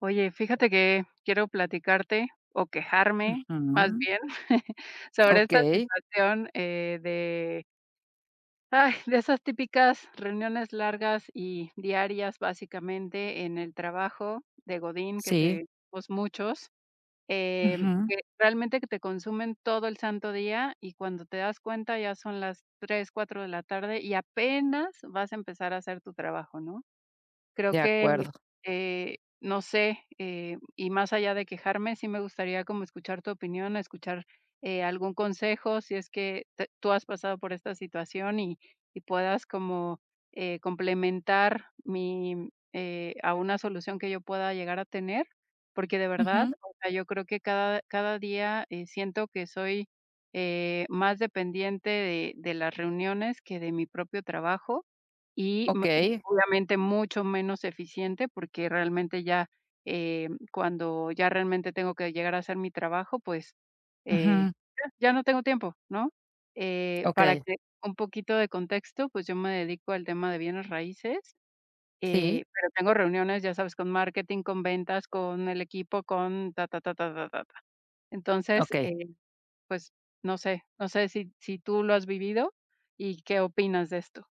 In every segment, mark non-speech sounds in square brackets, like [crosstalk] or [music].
Oye, fíjate que quiero platicarte o quejarme, más Ujú. bien, [laughs] sobre esta Okey, situación de, ay, de esas típicas reuniones largas y diarias, básicamente, en el trabajo de Godín, que sí. tenemos muchos, eh, Ujú. que realmente que te consumen todo el santo día y cuando te das cuenta ya son las 3, 4 de la tarde y apenas vas a empezar a hacer tu trabajo, ¿no? Creo De que, acuerdo. No sé, y más allá de quejarme, sí me gustaría como escuchar tu opinión, escuchar, algún consejo, si es que te tú has pasado por esta situación y puedas como, complementar mi a una solución que yo pueda llegar a tener, porque de verdad, Ujú. o sea, yo creo que cada día, siento que soy, más dependiente de las reuniones que de mi propio trabajo. Y me Okey. obviamente mucho menos eficiente, porque realmente ya, cuando ya realmente tengo que llegar a hacer mi trabajo, pues, eh, Ujú. ya no tengo tiempo, ¿no? Para Okey. que un poquito de contexto, pues, yo me dedico al tema de bienes raíces, Sí, pero tengo reuniones, ya sabes, con marketing, con ventas, con el equipo, con ta, ta, ta, ta, ta, ta, ta. Entonces, okey. Pues, no sé, no sé si tú lo has vivido y qué opinas de esto.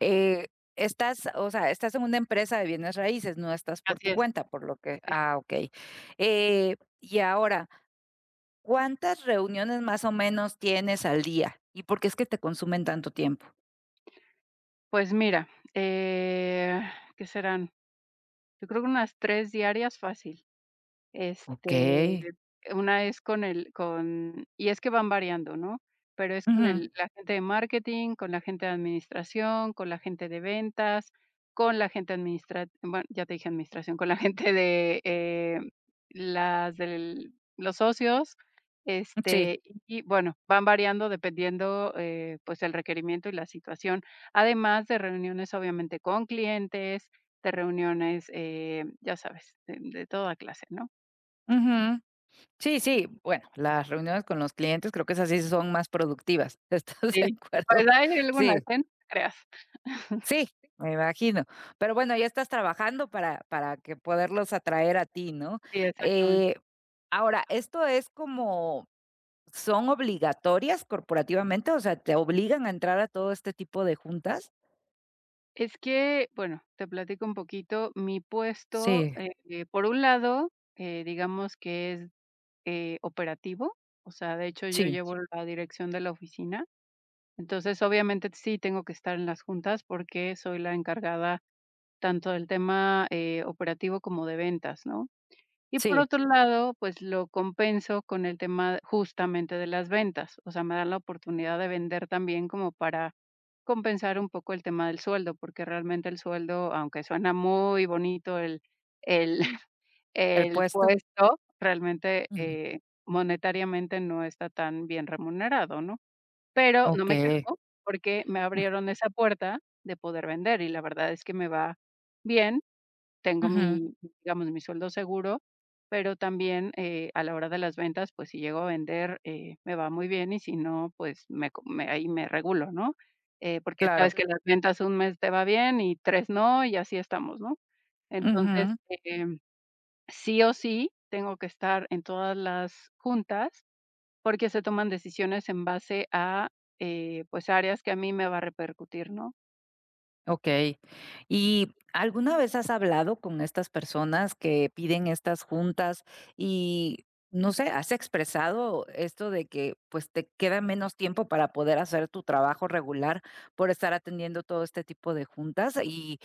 Eh, Estás, o sea, estás en una empresa de bienes raíces, no estás por tu Así es. cuenta, por lo que ah, okey. Y ahora, ¿cuántas reuniones más o menos tienes al día? ¿Y por qué es que te consumen tanto tiempo? Pues mira, ¿qué serán? Yo creo que unas 3 diarias fácil. Este, Okey. una es con el con y es que van variando, ¿no? Pero es con Ujú. el la gente de marketing, con la gente de administración, con la gente de ventas, con la gente administra bueno, ya te dije administración, con la [laughs] gente de, las del los socios, Sí. este, y bueno, van variando dependiendo, pues, el requerimiento y la situación. Además de reuniones, obviamente, con clientes, de reuniones, ya sabes, de toda clase, ¿no? Ujú. Sí, sí, bueno, las reuniones con los clientes creo que esas sí son más productivas, [laughs] ¿estás de Sí, acuerdo? pues hay algunas, Sí, ¿eh? No te creas. sí, me imagino. Pero bueno, ya estás trabajando para que poderlos atraer a ti, ¿no? Sí, exactamente. Eh, Ahora, ¿esto es como son obligatorias corporativamente? O sea, ¿te obligan a entrar a todo este tipo de juntas? Es que, bueno, te platico un poquito. Mi puesto, Sí, por un lado, digamos que es, operativo, o sea, de hecho, yo sí, llevo la dirección de la oficina. Entonces, obviamente, sí tengo que estar en las juntas porque soy la encargada tanto del tema, operativo como de ventas, ¿no? Y por sí, otro lado, pues lo compenso con el tema justamente de las ventas, o sea, me dan la oportunidad de vender también como para compensar un poco el tema del sueldo, porque realmente el sueldo, aunque suena muy bonito el el [laughs] el el puesto. puesto, realmente, Ujú. Monetariamente no está tan bien remunerado, ¿no? Pero no me Okey. quejo porque me abrieron esa puerta de poder vender y la verdad es que me va bien. Tengo Ujú, mi, digamos, mi sueldo seguro, pero también, a la hora de las ventas, pues, si llego a vender, me va muy bien y si no, pues, me ahí me regulo, ¿no? Porque claro. sabes que Claro. las ventas un mes te va bien y 3 no, y así estamos, ¿no? Entonces, Ujú. em, sí o sí tengo que estar en todas las juntas, porque se toman decisiones en base a, pues, áreas que a mí me va a repercutir, ¿no? Okey. ¿Y alguna vez has hablado con estas personas que piden estas juntas y, no sé, has expresado esto de que, pues, te queda menos tiempo para poder hacer tu trabajo regular por estar atendiendo todo este tipo de juntas? Y,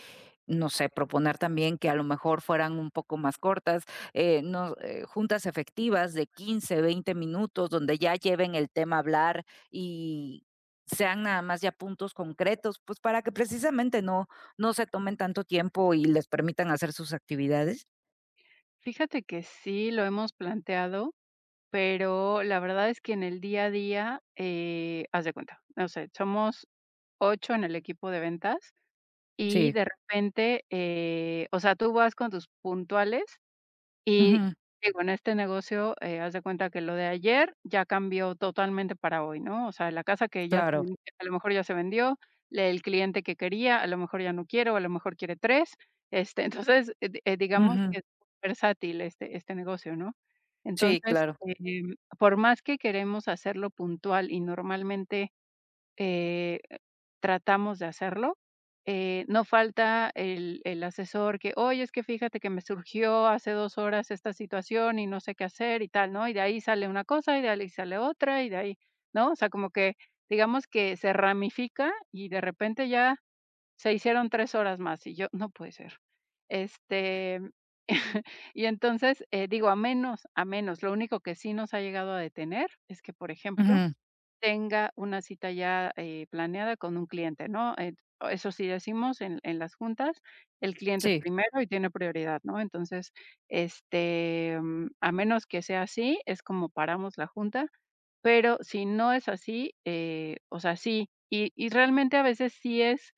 no sé, proponer también que a lo mejor fueran un poco más cortas, no, juntas efectivas de 15, 20 minutos, donde ya lleven el tema a hablar y sean nada más ya puntos concretos, pues, para que precisamente no se tomen tanto tiempo y les permitan hacer sus actividades. Fíjate que sí lo hemos planteado. Pero la verdad es que en el día a día, haz de cuenta, no sé, somos 8 en el equipo de ventas y Sí, de repente, o sea, tú vas con tus puntuales y ujú, digo, en este negocio, haz de cuenta que lo de ayer ya cambió totalmente para hoy, ¿no? O sea, la casa que claro, a lo mejor ya se vendió, el cliente que quería, a lo mejor ya no quiere, o a lo mejor quiere tres. Este, entonces, digamos ujú, que es versátil este negocio, ¿no? sí, Entonces, claro, por más que queremos hacerlo puntual y normalmente eh, tratamos de hacerlo. No falta el asesor que, oye, es que fíjate que me surgió hace dos horas esta situación y no sé qué hacer y tal, ¿no? Y de ahí sale una cosa y de ahí sale otra y de ahí, ¿no? O sea, como que digamos que se ramifica y de repente ya se hicieron tres horas más y yo, no puede ser. Este, [laughs] y entonces, digo, a menos, lo único que sí nos ha llegado a detener es que, por ejemplo, ujú, tenga una cita ya, planeada con un cliente, ¿no? Eso sí decimos en las juntas, el cliente es sí, primero y tiene prioridad, ¿no? Entonces, este, mm, a menos que sea así, es como paramos la junta, pero si no es así, o sea, sí, y realmente a veces sí es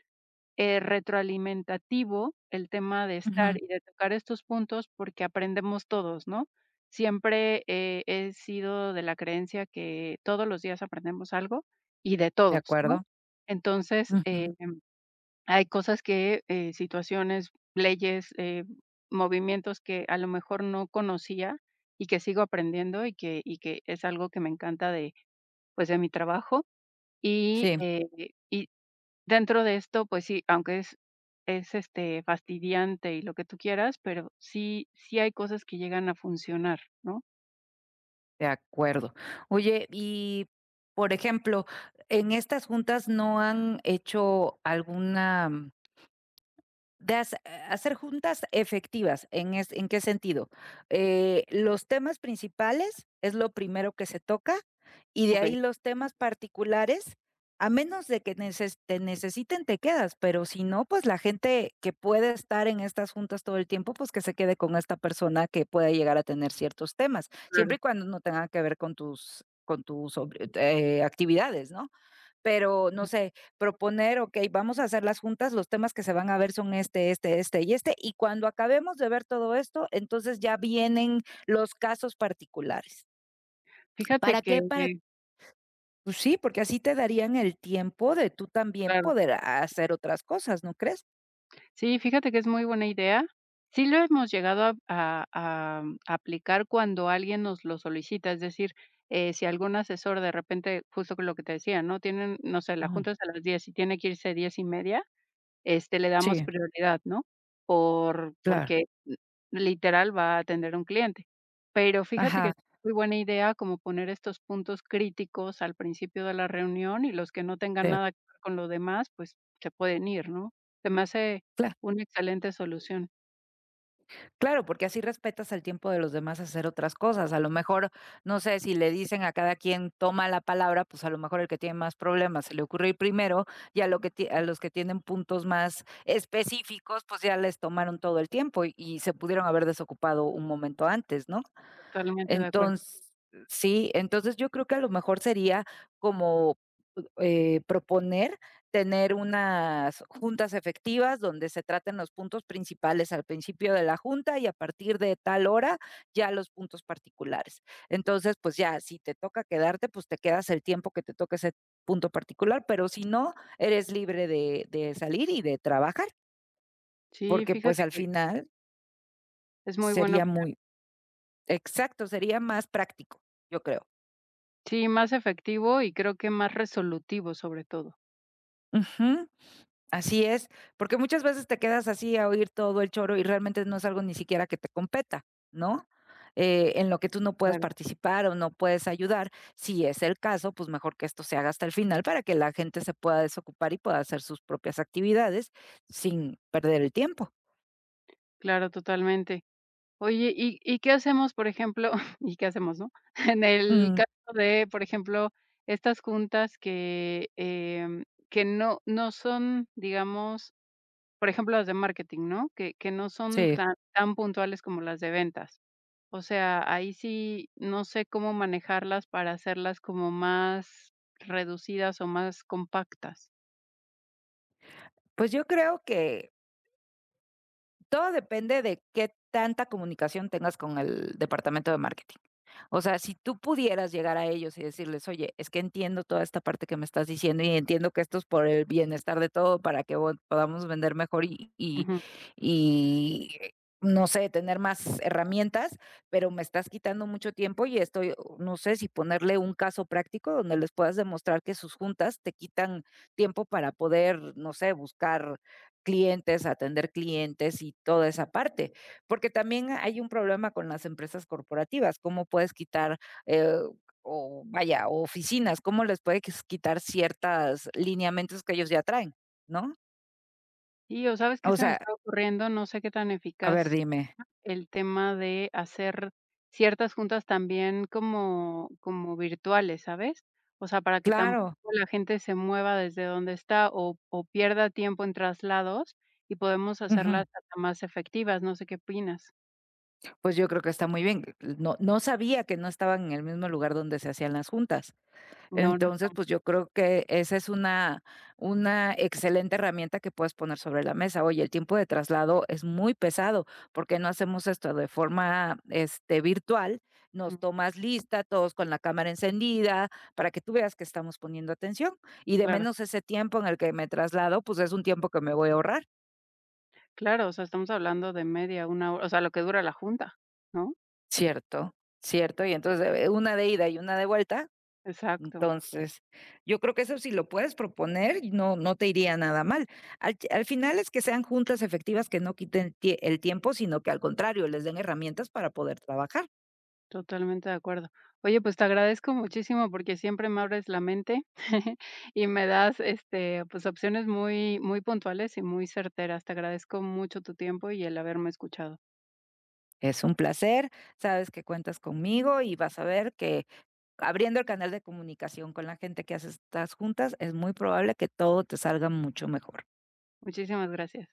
retroalimentativo el tema de estar ujú, y de tocar estos puntos porque aprendemos todos, ¿no? Siempre he sido de la creencia que todos los días aprendemos algo y de de todos, ¿no? acuerdo, Entonces, ujú, hay cosas que, situaciones, leyes, movimientos que a lo mejor no conocía y que sigo aprendiendo y que es algo que me encanta de, pues, de mi trabajo y, sí, eh, y Dentro de esto, pues sí, aunque es, este, fastidiante y lo que tú quieras, pero sí hay cosas que llegan a funcionar, ¿no? de acuerdo. Oye, y, por ejemplo, en estas juntas, ¿no han hecho alguna De hace hacer juntas efectivas, ¿en es en qué sentido? Los temas principales es lo primero que se toca, y de ahí Okey, los temas particulares, a menos de que neces te necesiten, te quedas, pero si no, pues la gente que puede estar en estas juntas todo el tiempo, pues que se quede con esta persona que pueda llegar a tener ciertos temas, siempre y claro. cuando no tenga que ver con tus sobre actividades, ¿no? Pero, no sé, proponer, okey, vamos a hacer las juntas, los temas que se van a ver son este, este, este y este, y cuando acabemos de ver todo esto, entonces ya vienen los casos particulares. Fíjate ¿Para que qué? Para pues sí, porque así te darían el tiempo de tú también Claro. poder hacer otras cosas, ¿no crees? sí, fíjate que es muy buena idea. Sí lo hemos llegado a mm, aplicar cuando alguien nos lo solicita, es decir, si algún asesor de repente, justo con lo que te decía, ¿no? Tienen, no sé, ¿la Ujú. junta es a las 10? Y tiene que irse 10 y media. Este, le damos Sí, prioridad, ¿no? Por claro. porque mm, literal va a atender a un cliente. Pero fíjate que Ajá, es muy buena idea como poner estos puntos críticos al principio de la reunión y los que no tengan de nada que ver con lo demás, pues se pueden ir, ¿no? Se me hace cla una excelente solución, claro, porque así respetas el tiempo de los demás a hacer otras cosas. A lo mejor, no sé, si le dicen a cada quien toma la palabra, pues a lo mejor el que tiene más problemas se le ocurre ir primero y a los que tienen puntos más específicos, pues ya les tomaron todo el tiempo y se pudieron haber desocupado un momento antes, ¿no? totalmente de acuerdo. Entonces, sí, entonces yo creo que a lo mejor sería como proponer tener unas juntas efectivas donde se traten los puntos principales al principio de la junta y a partir de tal hora ya los puntos particulares. Entonces, pues ya, si te toca quedarte, pues te quedas el tiempo que te toque ese punto particular, pero si no, eres libre de salir y de trabajar, Sí, porque pues fíjate al que final es muy buena sería opción. muy, exacto, sería más práctico, yo creo. Sí, más efectivo y creo que más resolutivo sobre todo. Ujú. Así es, porque muchas veces te quedas así a oír todo el choro y realmente no es algo ni siquiera que te competa, ¿no? En lo que tú no puedes Claro, participar o no puedes ayudar. Si es el caso, pues mejor que esto se haga hasta el final para que la gente se pueda desocupar y pueda hacer sus propias actividades sin perder el tiempo. claro, totalmente. Oye, ¿y qué hacemos, por ejemplo? [laughs] ¿Y qué hacemos, no? [laughs] En el Mm, caso de, por ejemplo, estas juntas que, em, que no son, digamos, por ejemplo, las de marketing, ¿no? Que no son sí, tan puntuales como las de ventas. O sea, ahí sí no sé cómo manejarlas para hacerlas como más reducidas o más compactas. pues yo creo que todo depende de qué tanta comunicación tengas con el departamento de marketing. O sea, si tú pudieras llegar a ellos y decirles: "Oye, es que entiendo toda esta parte que me estás diciendo y entiendo que esto es por el bienestar de todo para que vo podamos vender mejor y y Ujú. y, eh, no sé, tener más herramientas, pero me estás quitando mucho tiempo y estoy", no sé si ponerle un caso práctico donde les puedas demostrar que sus juntas te quitan tiempo para poder, no sé, buscar clientes, atender clientes y toda esa parte. Porque también hay un problema con las empresas corporativas, cómo puedes quitar, eh, o vaya, oficinas, cómo les puedes quitar ciertas lineamientos que ellos ya traen, ¿no? Sí, o, ¿sabes qué O se me sea, está ocurriendo? No sé qué tan a ver, eficaz dime. el tema de hacer ciertas juntas también como virtuales, ¿sabes? O sea, para que tampoco Claro. la gente se mueva desde donde está o pierda tiempo en traslados y podemos hacerlas Ujú. hasta más efectivas, no sé qué opinas. Pues yo creo que está muy bien. No, no sabía que no estaban en el mismo lugar donde se hacían las juntas. No, no Entonces, estamos pues, yo creo que esa es una excelente herramienta que puedes poner sobre la mesa. Oye, el tiempo de traslado es muy pesado, ¿por qué no hacemos esto de forma, este, virtual? ujú, Nos tomas lista, todos con la cámara encendida, para que tú veas que estamos poniendo atención, y de claro, menos ese tiempo en el que me traslado, pues, es un tiempo que me voy a ahorrar. claro, o sea, estamos hablando de media, una hora, o sea, lo que dura la junta, ¿no? Cierto, cierto, y entonces, una de ida y una de vuelta. Exacto. Entonces, yo creo que eso si lo puedes proponer, no te iría nada mal. Al final es que sean juntas efectivas que no quiten tie el tiempo, sino que al contrario, les den herramientas para poder trabajar. Totalmente de acuerdo. Oye, pues te agradezco muchísimo porque siempre me abres la mente [laughs] y me das este, pues opciones muy, muy puntuales y muy certeras. Te agradezco mucho tu tiempo y el haberme escuchado. Es un placer, sabes que cuentas conmigo y vas a ver que abriendo el canal de comunicación con la gente que hace estas juntas, es muy probable que todo te salga mucho mejor. Muchísimas gracias.